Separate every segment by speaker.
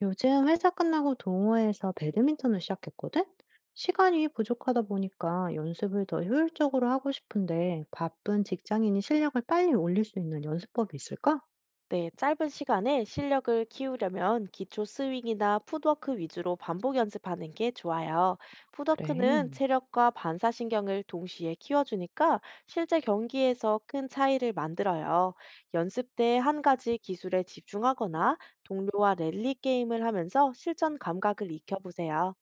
Speaker 1: 요즘 회사 끝나고 동호회에서 배드민턴을 시작했거든? 시간이 부족하다 보니까 연습을 더 효율적으로 하고 싶은데, 바쁜 직장인이 실력을 빨리 올릴 수 있는 연습법이 있을까?
Speaker 2: 네, 짧은 시간에 실력을 키우려면 기초 스윙이나 풋워크 위주로 반복 연습하는 게 좋아요. 풋워크는
Speaker 1: 그래.
Speaker 2: 체력과 반사신경을 동시에 키워주니까 실제 경기에서 큰 차이를 만들어요. 연습 때 한 가지 기술에 집중하거나 동료와 랠리 게임을 하면서 실전 감각을 익혀보세요.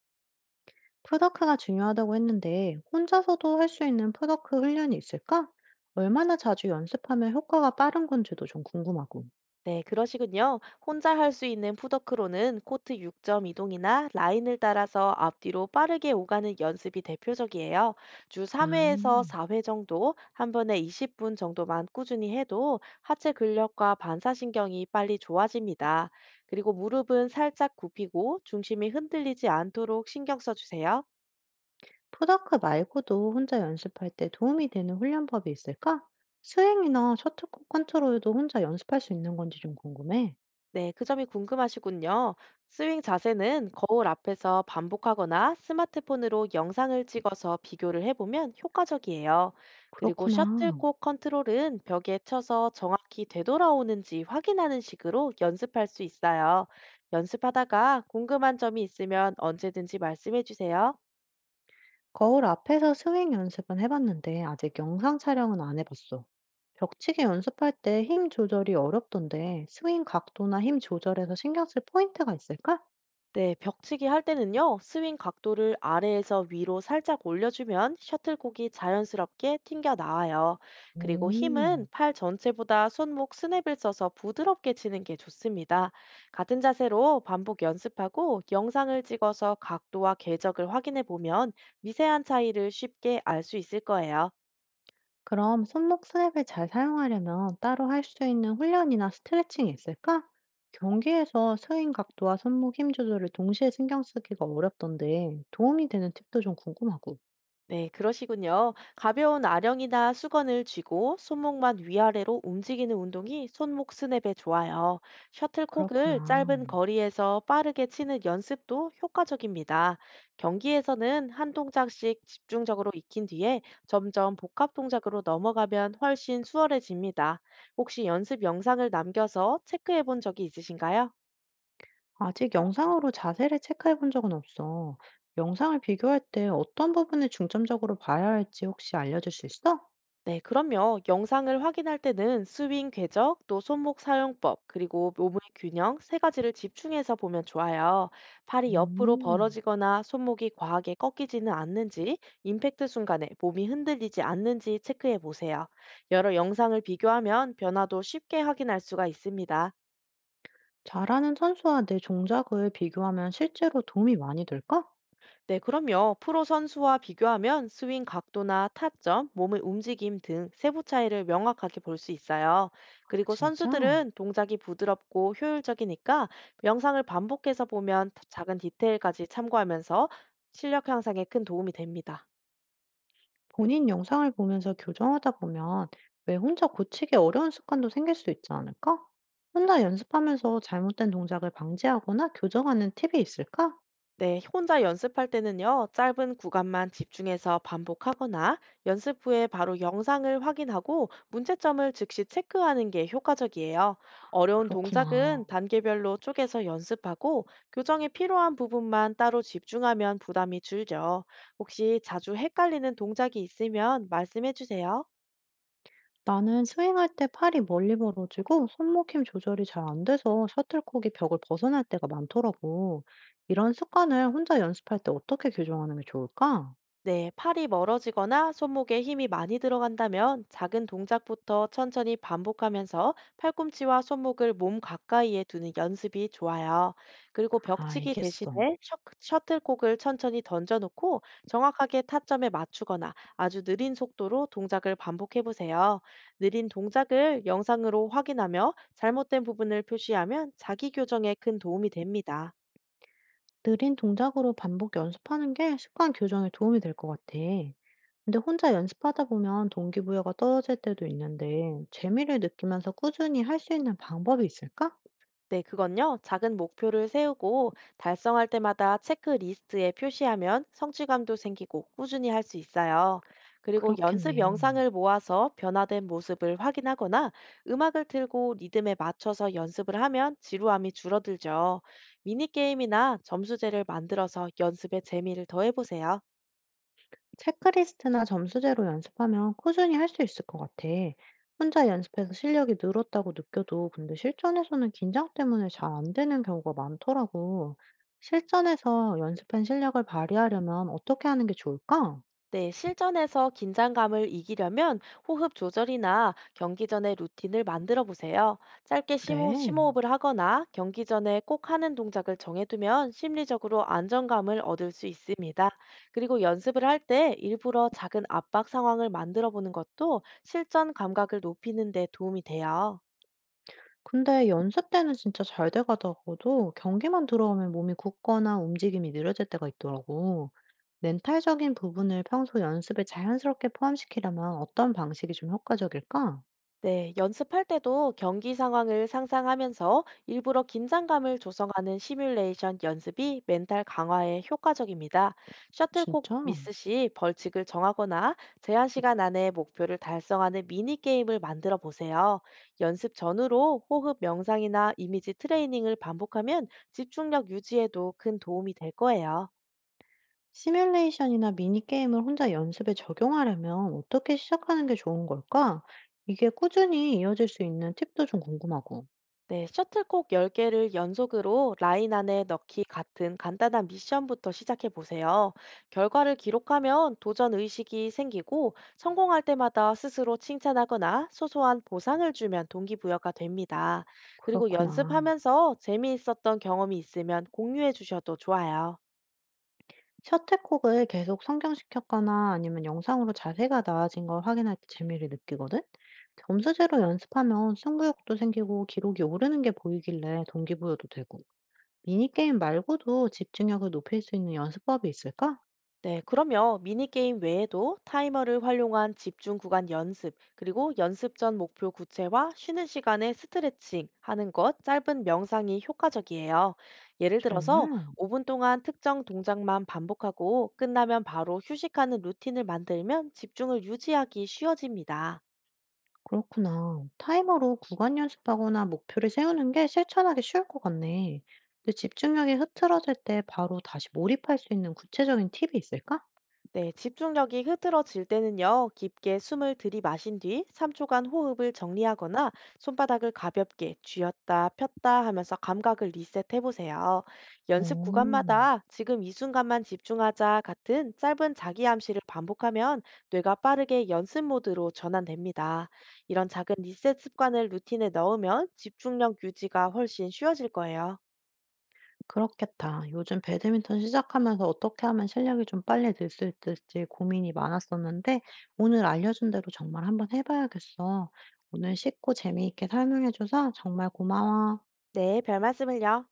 Speaker 1: 프로다크가 중요하다고 했는데 혼자서도 할 수 있는 프로다크 훈련이 있을까? 얼마나 자주 연습하면 효과가 빠른 건지도 좀 궁금하고.
Speaker 2: 네, 그러시군요. 혼자 할 수 있는 푸더크로는 코트 6점 이동이나 라인을 따라서 앞뒤로 빠르게 오가는 연습이 대표적이에요. 주
Speaker 1: 아.
Speaker 2: 3회에서 4회 정도, 한 번에 20분 정도만 꾸준히 해도 하체 근력과 반사신경이 빨리 좋아집니다. 그리고 무릎은 살짝 굽히고 중심이 흔들리지 않도록 신경 써주세요.
Speaker 1: 프다크 말고도 혼자 연습할 때 도움이 되는 훈련법이 있을까? 스윙이나 셔틀콕 컨트롤도 혼자 연습할 수 있는 건지 좀 궁금해.
Speaker 2: 네, 그 점이 궁금하시군요. 스윙 자세는 거울 앞에서 반복하거나 스마트폰으로 영상을 찍어서 비교를 해보면 효과적이에요. 그리고
Speaker 1: 그렇구나.
Speaker 2: 셔틀콕 컨트롤은 벽에 쳐서 정확히 되돌아오는지 확인하는 식으로 연습할 수 있어요. 연습하다가 궁금한 점이 있으면 언제든지 말씀해 주세요.
Speaker 1: 거울 앞에서 스윙 연습은 해봤는데 아직 영상 촬영은 안 해봤어. 벽치기 연습할 때 힘 조절이 어렵던데, 스윙 각도나 힘 조절에서 신경 쓸 포인트가 있을까?
Speaker 2: 네, 벽치기 할 때는요, 스윙 각도를 아래에서 위로 살짝 올려주면 셔틀콕이 자연스럽게 튕겨 나와요. 그리고 힘은
Speaker 1: 음.
Speaker 2: 팔 전체보다 손목 스냅을 써서 부드럽게 치는 게 좋습니다. 같은 자세로 반복 연습하고 영상을 찍어서 각도와 궤적을 확인해 보면 미세한 차이를 쉽게 알 수 있을 거예요.
Speaker 1: 그럼 손목 스냅을 잘 사용하려면 따로 할 수 있는 훈련이나 스트레칭이 있을까? 경기에서 스윙 각도와 손목 힘 조절을 동시에 신경 쓰기가 어렵던데 도움이 되는 팁도 좀 궁금하고.
Speaker 2: 네, 그러시군요. 가벼운 아령이나 수건을 쥐고 손목만 위아래로 움직이는 운동이 손목 스냅에 좋아요. 셔틀콕을
Speaker 1: 그렇구나.
Speaker 2: 짧은 거리에서 빠르게 치는 연습도 효과적입니다. 경기에서는 한 동작씩 집중적으로 익힌 뒤에 점점 복합 동작으로 넘어가면 훨씬 수월해집니다. 혹시 연습 영상을 남겨서 체크해 본 적이 있으신가요?
Speaker 1: 아직 영상으로 자세를 체크해 본 적은 없어. 영상을 비교할 때 어떤 부분을 중점적으로 봐야 할지 혹시 알려줄 수 있어?
Speaker 2: 네, 그럼요. 영상을 확인할 때는 스윙 궤적, 또 손목 사용법, 그리고 몸의 균형 세 가지를 집중해서 보면 좋아요. 팔이 옆으로
Speaker 1: 음,
Speaker 2: 벌어지거나 손목이 과하게 꺾이지는 않는지, 임팩트 순간에 몸이 흔들리지 않는지 체크해 보세요. 여러 영상을 비교하면 변화도 쉽게 확인할 수가 있습니다.
Speaker 1: 잘하는 선수와 내 종작을 비교하면 실제로 도움이 많이 될까?
Speaker 2: 네, 그럼요. 프로 선수와 비교하면 스윙 각도나 타점, 몸의 움직임 등 세부 차이를 명확하게 볼 수 있어요.
Speaker 1: 아,
Speaker 2: 그리고
Speaker 1: 진짜?
Speaker 2: 선수들은 동작이 부드럽고 효율적이니까 영상을 반복해서 보면 작은 디테일까지 참고하면서 실력 향상에 큰 도움이 됩니다.
Speaker 1: 본인 영상을 보면서 교정하다 보면 왜 혼자 고치기 어려운 습관도 생길 수 있지 않을까? 혼자 연습하면서 잘못된 동작을 방지하거나 교정하는 팁이 있을까?
Speaker 2: 네, 혼자 연습할 때는요, 짧은 구간만 집중해서 반복하거나 연습 후에 바로 영상을 확인하고 문제점을 즉시 체크하는 게 효과적이에요. 어려운 동작은
Speaker 1: 그렇구나.
Speaker 2: 단계별로 쪼개서 연습하고 교정에 필요한 부분만 따로 집중하면 부담이 줄죠. 혹시 자주 헷갈리는 동작이 있으면 말씀해 주세요.
Speaker 1: 나는 스윙할 때 팔이 멀리 벌어지고 손목 힘 조절이 잘 안 돼서 셔틀콕이 벽을 벗어날 때가 많더라고. 이런 습관을 혼자 연습할 때 어떻게 교정하는 게 좋을까?
Speaker 2: 네, 팔이 멀어지거나 손목에 힘이 많이 들어간다면 작은 동작부터 천천히 반복하면서 팔꿈치와 손목을 몸 가까이에 두는 연습이 좋아요. 그리고 벽치기 대신에
Speaker 1: 알겠어.
Speaker 2: 셔틀콕을 천천히 던져놓고 정확하게 타점에 맞추거나 아주 느린 속도로 동작을 반복해보세요. 느린 동작을 영상으로 확인하며 잘못된 부분을 표시하면 자기 교정에 큰 도움이 됩니다.
Speaker 1: 느린 동작으로 반복 연습하는 게 습관 교정에 도움이 될 것 같아. 근데 혼자 연습하다 보면 동기부여가 떨어질 때도 있는데, 재미를 느끼면서 꾸준히 할 수 있는 방법이 있을까?
Speaker 2: 네, 그건요. 작은 목표를 세우고 달성할 때마다 체크리스트에 표시하면 성취감도 생기고 꾸준히 할 수 있어요. 그리고 연습
Speaker 1: 그렇겠네.
Speaker 2: 영상을 모아서 변화된 모습을 확인하거나 음악을 틀고 리듬에 맞춰서 연습을 하면 지루함이 줄어들죠. 미니게임이나 점수제를 만들어서 연습에 재미를 더해보세요.
Speaker 1: 체크리스트나 점수제로 연습하면 꾸준히 할 수 있을 것 같아. 혼자 연습해서 실력이 늘었다고 느껴도, 근데 실전에서는 긴장 때문에 잘 안 되는 경우가 많더라고. 실전에서 연습한 실력을 발휘하려면 어떻게 하는 게 좋을까?
Speaker 2: 네, 실전에서 긴장감을 이기려면 호흡 조절이나 경기 전에 루틴을 만들어 보세요. 짧게
Speaker 1: 그래.
Speaker 2: 심호흡을 하거나 경기 전에 꼭 하는 동작을 정해두면 심리적으로 안정감을 얻을 수 있습니다. 그리고 연습을 할 때 일부러 작은 압박 상황을 만들어 보는 것도 실전 감각을 높이는 데 도움이 돼요.
Speaker 1: 근데 연습 때는 진짜 잘 돼 가다가도 경기만 들어오면 몸이 굳거나 움직임이 느려질 때가 있더라고. 멘탈적인 부분을 평소 연습에 자연스럽게 포함시키려면 어떤 방식이 좀 효과적일까?
Speaker 2: 네, 연습할 때도 경기 상황을 상상하면서 일부러 긴장감을 조성하는 시뮬레이션 연습이 멘탈 강화에 효과적입니다. 셔틀콕
Speaker 1: 진짜?
Speaker 2: 미스 시 벌칙을 정하거나 제한 시간 안에 목표를 달성하는 미니게임을 만들어 보세요. 연습 전후로 호흡 명상이나 이미지 트레이닝을 반복하면 집중력 유지에도 큰 도움이 될 거예요.
Speaker 1: 시뮬레이션이나 미니게임을 혼자 연습에 적용하려면 어떻게 시작하는 게 좋은 걸까? 이게 꾸준히 이어질 수 있는 팁도 좀 궁금하고.
Speaker 2: 네, 셔틀콕 10개를 연속으로 라인 안에 넣기 같은 간단한 미션부터 시작해 보세요. 결과를 기록하면 도전 의식이 생기고 성공할 때마다 스스로 칭찬하거나 소소한 보상을 주면 동기부여가 됩니다. 그리고
Speaker 1: 그렇구나.
Speaker 2: 연습하면서 재미있었던 경험이 있으면 공유해 주셔도 좋아요.
Speaker 1: 셔틀콕을 계속 성경시켰거나 아니면 영상으로 자세가 나아진 걸 확인할 때 재미를 느끼거든? 점수제로 연습하면 승부욕도 생기고 기록이 오르는 게 보이길래 동기부여도 되고, 미니게임 말고도 집중력을 높일 수 있는 연습법이 있을까?
Speaker 2: 네, 그러면 미니게임 외에도 타이머를 활용한 집중 구간 연습, 그리고 연습 전 목표 구체화, 쉬는 시간에 스트레칭 하는 것, 짧은 명상이 효과적이에요. 예를 들어서
Speaker 1: 정말
Speaker 2: 5분 동안 특정 동작만 반복하고 끝나면 바로 휴식하는 루틴을 만들면 집중을 유지하기 쉬워집니다.
Speaker 1: 그렇구나. 타이머로 구간 연습하거나 목표를 세우는 게 실천하기 쉬울 것 같네. 근데 집중력이 흐트러질 때 바로 다시 몰입할 수 있는 구체적인 팁이 있을까?
Speaker 2: 네, 집중력이 흐트러질 때는요, 깊게 숨을 들이마신 뒤 3초간 호흡을 정리하거나 손바닥을 가볍게 쥐었다 폈다 하면서 감각을 리셋해 보세요. 연습
Speaker 1: 오...
Speaker 2: 구간마다 지금 이 순간만 집중하자 같은 짧은 자기 암시를 반복하면 뇌가 빠르게 연습 모드로 전환됩니다. 이런 작은 리셋 습관을 루틴에 넣으면 집중력 유지가 훨씬 쉬워질 거예요.
Speaker 1: 그렇겠다. 요즘 배드민턴 시작하면서 어떻게 하면 실력이 좀 빨리 늘 수 있을지 고민이 많았었는데, 오늘 알려준 대로 정말 한번 해봐야겠어. 오늘 쉽고 재미있게 설명해줘서 정말 고마워.
Speaker 2: 네, 별 말씀을요.